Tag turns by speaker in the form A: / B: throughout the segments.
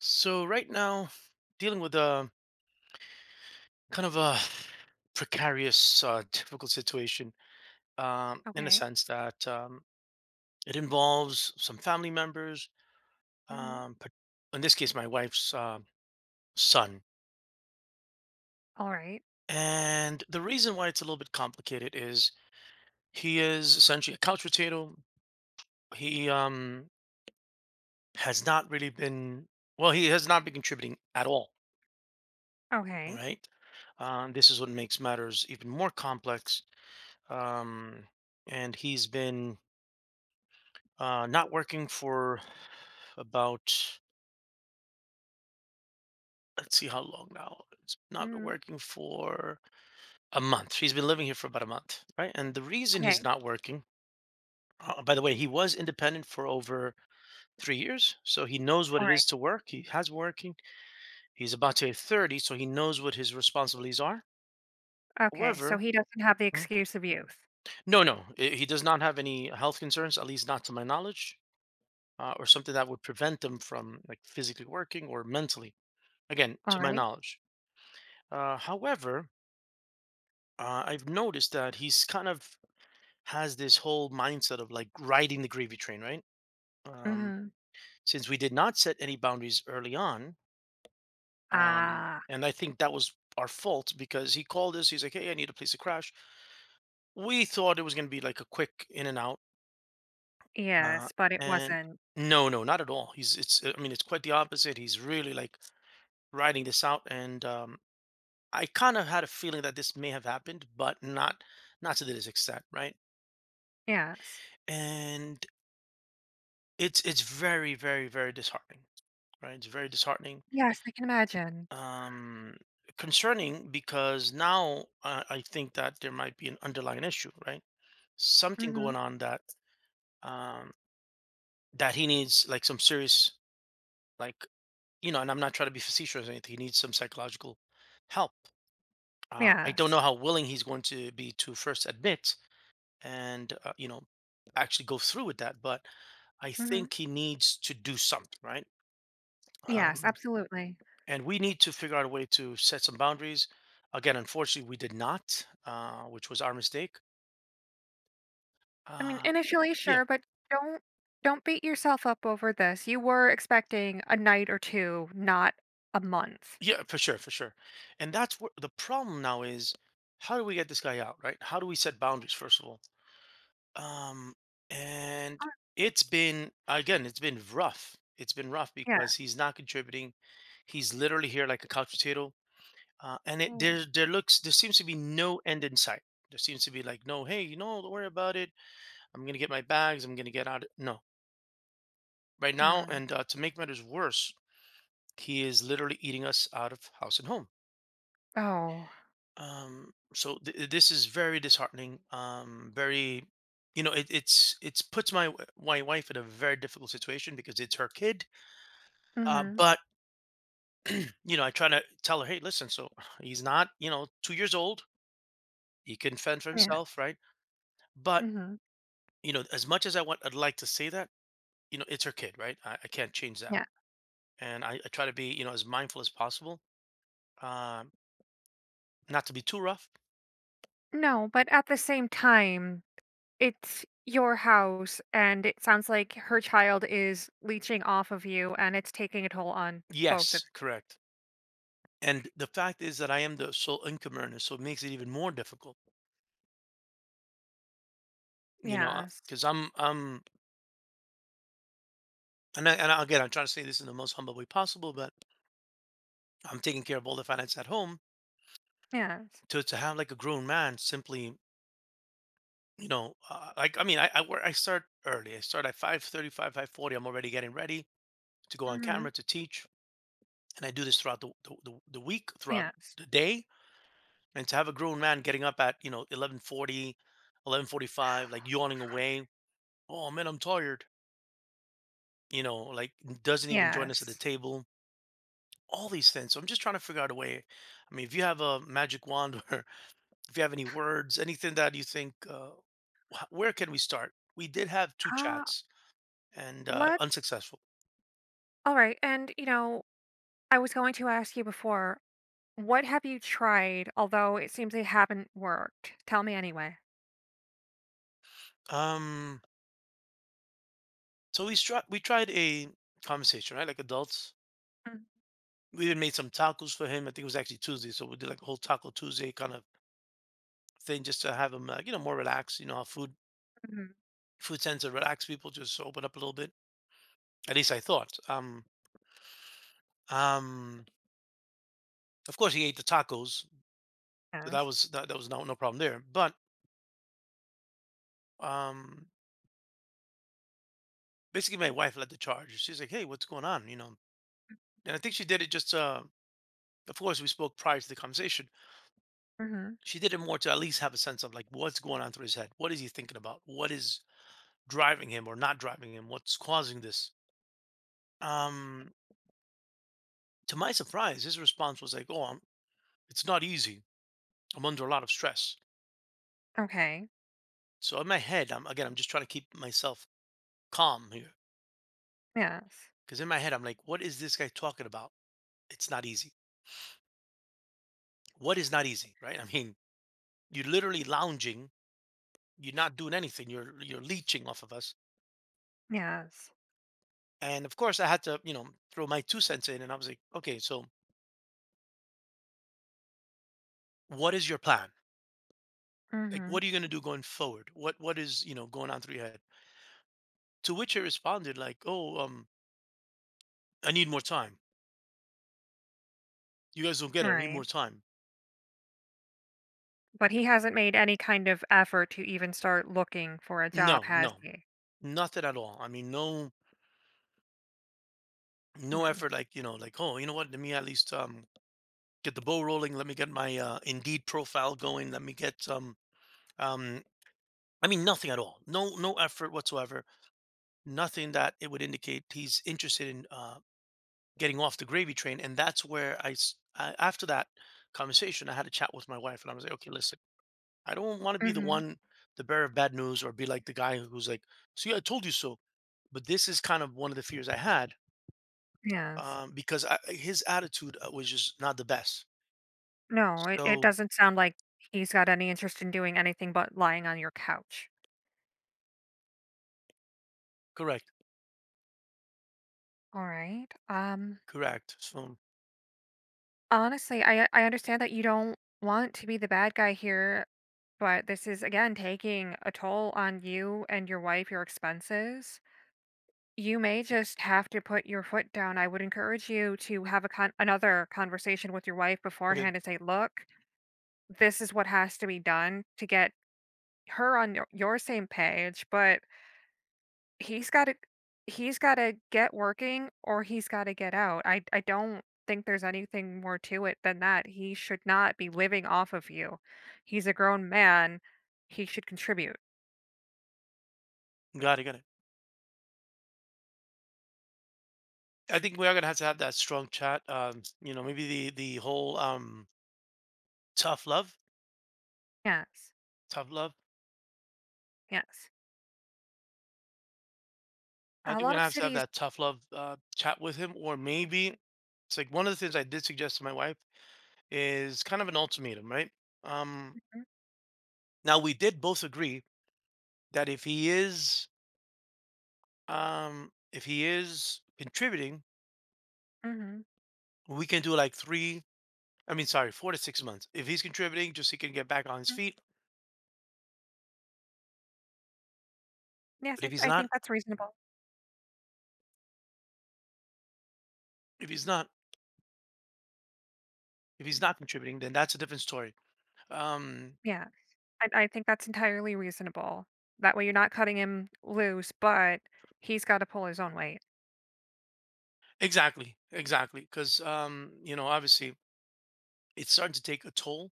A: So right now, dealing with a kind of a precarious, difficult situation, in the
B: Okay.
A: sense that it involves some family members,
B: Mhm.
A: but in this case, my wife's son.
B: Alright.
A: And the reason why it's a little bit complicated is he is essentially a couch potato. He um, has not really been, he has not been contributing at all. All
B: Okay.
A: right. This is what makes matters even more complex um, and he's been not working for about, let's see how long now. It's not
B: Mhm.
A: working for a month. He's been living here for about a month, right? And the reason
B: Okay.
A: he's not working, by the way, he was independent for over 3 years, so he knows what it
B: Alright.
A: is to work. He has working. He's about to hit 30, so he knows what his responsibilities are.
B: Okay, so
A: However,
B: he doesn't have the
A: mhm,
B: excuse of youth.
A: no, no, he does not have any health concerns, at least not to my knowledge. Or something that would prevent them from, like, physically working or mentally. Again, to my
B: Alright.
A: knowledge. However, I've noticed that he's kind of has this whole mindset of, like, riding the gravy train, right? Um,
B: Mhm.
A: since we did not set any boundaries early on, um,
B: Ah,
A: and I think that was our fault because he called us. He's like, "Hey, I need a place to crash." We thought it was going to be like a quick in and out, uh,
B: yes, but it
A: and
B: wasn't.
A: no, no, not at all. He's it's. I mean, it's quite the opposite. He's really like riding this out, and I kind of had a feeling that this may have happened, but not to this extent, right?
B: Yes.
A: And it's very, very, very disheartening, right? It's very disheartening,
B: Yes, I can imagine.
A: um, concerning, because now I think that there might be an underlying issue, right? Something
B: Mhm.
A: going on that um, that he needs, like, some serious, like, you know, and I'm not trying to be facetious or anything, he needs some psychological help. I don't
B: Yes.
A: know how willing he's going to be to first admit and, you know, actually go through with that, but I
B: Mhm.
A: think he needs to do something, right?
B: Yes,
A: um,
B: absolutely.
A: and we need to figure out a way to set some boundaries. Again, unfortunately, we did not, which was our mistake.
B: I mean,
A: uh,
B: initially,
A: yeah,
B: sure, but don't don't beat yourself up over this. You were expecting a night or two, not a month.
A: yeah, for sure, for sure. And that's where the problem now is: how do we get this guy out, right? How do we set boundaries, first of all? Um, and
B: Uh,
A: It's been, again, it's been rough
B: yeah.
A: because he's not contributing. He's literally here like a couch potato, and it there
B: Mm.
A: there looks there seems to be no end in sight. There seems to be like, no, hey, you know, don't worry about it. I'm gonna get my bags. I'm gonna get out. No, right now,
B: Mm.
A: and to make matters worse, he is literally eating us out of house and home.
B: Oh.
A: This is very disheartening. Very, you know, it, it's puts my my wife in a very difficult situation because it's her kid.
B: Mhm.
A: But You know, I try to tell her, hey, listen, so he's not, you know, two years old. He can fend for
B: Yeah.
A: himself, right? But
B: Mhm.
A: you know, as much as I want, I'd like to say that, you know, it's her kid, right? I can't change that.
B: Yeah.
A: And I try to be, you know, as mindful as possible, um, not to be too rough.
B: No, but at the same time, it's your house, and it sounds like her child is leeching off of you, and it's taking a toll on both of.
A: Yes, correct. And the fact is that I am the sole income earner, so it makes it even more difficult, you know,
B: Yes.
A: because I'm, and, I, and again, I'm trying to say this in the most humble way possible, but I'm taking care of all the finance at home.
B: Yes.
A: To have like a grown man simply, you know, like, I mean, I work, I start early. I start at 5:35, 5:40. I'm already getting ready to go on
B: Mhm.
A: camera to teach, and I do this throughout the week, throughout
B: Yes.
A: the day, and to have a grown man getting up at, you know, 11:40, 11:45, like yawning away. Oh man, I'm tired. You know, like, doesn't even join us at the
B: Yes.
A: table. All these things. So I'm just trying to figure out a way. I mean, if you have a magic wand, or if you have any words, anything that you think, where can we start? We did have two
B: Uh,
A: chats, and
B: let
A: unsuccessful.
B: Alright, and, you know, I was going to ask you before, what have you tried, although it seems they haven't worked? Tell me anyway.
A: Um, we tried a conversation, right? Like adults.
B: Mm,
A: We even made some tacos for him. I think it was actually Tuesday, so we did like a whole Taco Tuesday kind of thing, just to have him, you know, more relaxed. You know, how
B: mhm.
A: food tends to relax people, just open up a little bit. At least I thought. Um, of course, he ate the tacos, so that
B: Yes.
A: was that, that was no problem there. But um, basically, my wife led the charge. She's like, "Hey, what's going on?" You know, and I think she did it just. Of course, we spoke prior to the conversation.
B: Mhm.
A: She did it more to at least have a sense of, like, what's going on through his head. What is he thinking about? What is driving him or not driving him? What's causing this? Um, to my surprise, his response was like, "Oh, I'm, it's not easy. I'm under a lot of stress."
B: Okay.
A: So in my head, I'm just trying to keep myself calm here,
B: Yes.
A: because in my head, I'm like, "What is this guy talking about? It's not easy. What is not easy, right? I mean, you're literally lounging. You're not doing anything. You're leeching off of us."
B: Yes.
A: And of course, I had to, you know, throw my two cents in, and I was like, "Okay, so what is your plan? Like,
B: Mhm.
A: what are you going to do going forward? What is, you know, going on through your head?" To which he responded like, "Oh, I need more time. You guys don't get it. I need
B: Right.
A: more time."
B: But he hasn't made any kind of effort to even start looking for a job,
A: No,
B: has
A: no,
B: he?
A: nothing at all. I mean, no, no
B: Mm.
A: effort. Like, you know, like, oh, you know what? Let me at least get the ball rolling. Let me get my Indeed profile going. Let me get um. I mean, nothing at all. No, no effort whatsoever. Nothing that it would indicate he's interested in, getting off the gravy train. And that's where after that conversation, I had a chat with my wife, and I was like, okay, listen, I don't want to be the
B: Mhm.
A: one, the bearer of bad news, or be like the guy who's like, see, I told you so. But this is kind of one of the fears I had,
B: Yes.
A: his attitude was just not the best.
B: No, it
A: So
B: doesn't sound like he's got any interest in doing anything but lying on your couch.
A: correct,
B: All right.
A: correct. So
B: Honestly, I understand that you don't want to be the bad guy here, but this is again taking a toll on you and your wife, your expenses. You may just have to put your foot down. I would encourage you to have a another conversation with your wife
A: okay,
B: beforehand and say, "Look, this is what has to be done to get her on your same page, but he's gotta he's gotta get working or he's gotta get out. I don't think there's anything more to it than that. He should not be living off of you. He's a grown man. He should contribute."
A: got it, got it. I think we are gonna have to have that strong chat. You know, maybe the whole tough love,
B: Yes.
A: tough love.
B: Yes.
A: I
B: A
A: think we're
B: lot
A: gonna
B: of
A: have to have
B: cities.
A: that tough love chat with him, or maybe it's like one of the things I did suggest to my wife is kind of an ultimatum, right? Um,
B: Mhm,
A: Now we did both agree that if he is contributing,
B: mhm,
A: we can do like three I mean sorry 4 to 6 months if he's contributing, just he can get back on his
B: mm.
A: feet.
B: Yes,
A: But
B: I
A: if he's
B: I
A: not,
B: think that's reasonable.
A: if he's not if he's not contributing, then that's a different story. um
B: Yeah. I think that's entirely reasonable. That way you're not cutting him loose, but he's gotta pull his own weight.
A: exactly, exactly. Because you know, obviously it's starting to take a toll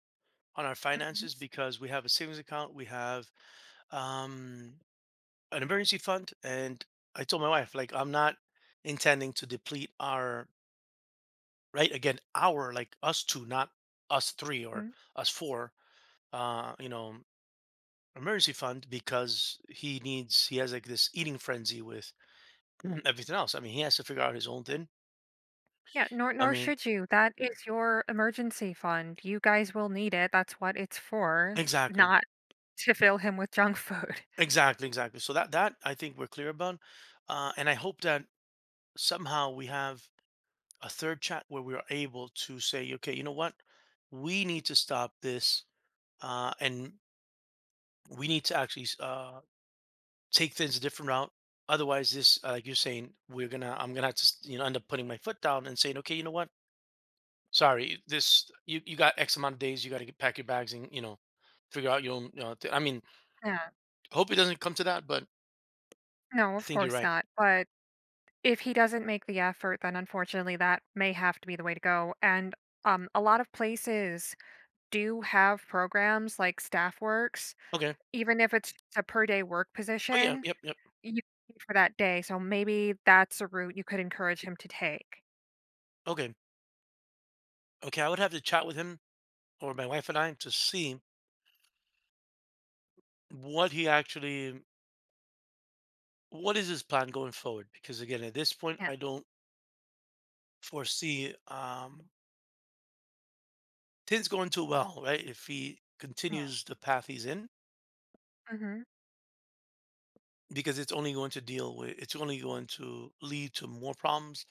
A: on our
B: Mhm.
A: finances, because we have a savings account, we have um an emergency fund. And I told my wife, like, I'm not intending to deplete our, right, again, our, like, us two, not us three or
B: Mhm.
A: us four, you know, emergency fund. Because he needs, he has like this eating frenzy with everything else. I mean, he has to figure out his own thing.
B: Yeah, nor
A: I
B: nor
A: mean,
B: should you. That is your emergency fund. You guys will need it. That's what it's for,
A: exactly,
B: not to fill him with junk food.
A: exactly, exactly. So that, that I think we're clear about, and I hope that somehow we have a third chat where we are able to say, okay, you know what, we need to stop this, and we need to actually take things a different route. Otherwise, this, like you're saying, I'm gonna have to, you know, end up putting my foot down and saying, okay, you know what, sorry, this, you got X amount of days. You got to get pack your bags and, you know, figure out your own. You know, I mean,
B: Yeah.
A: hope it doesn't come to that, but
B: No,
A: I
B: of
A: think you're
B: course
A: right.
B: not. But if he doesn't make the effort, then unfortunately that may have to be the way to go. And a lot of places do have programs like staff works,
A: Okay.
B: even if it's a per day work
A: Oh yeah.
B: position,
A: Yep. Yep.
B: you paid for that day. So maybe that's a route you could encourage him to take.
A: Okay. Okay. I would have to chat with him or my wife and I to see what he actually, what is his plan going forward. Because again, at this point,
B: Yeah.
A: I don't foresee things going too well. Right. If he
B: Yeah.
A: continues the path he's in,
B: Mhm.
A: because it's only going to lead to more problems.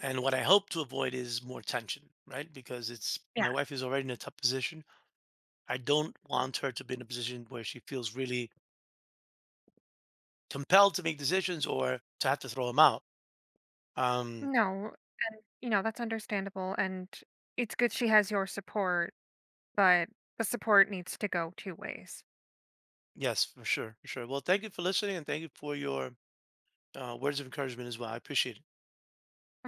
A: And what I hope to avoid is more tension, right? Because it's
B: Yeah.
A: my wife is already in a tough position. I don't want her to be in a position where she feels really compelled to make decisions or to have to throw them out. Um,
B: No, and you know, that's understandable and it's good she has your support, but the support needs to go two ways.
A: yes, for sure, for sure. Well, thank you for listening, and thank you for your words of encouragement as well. I appreciate it.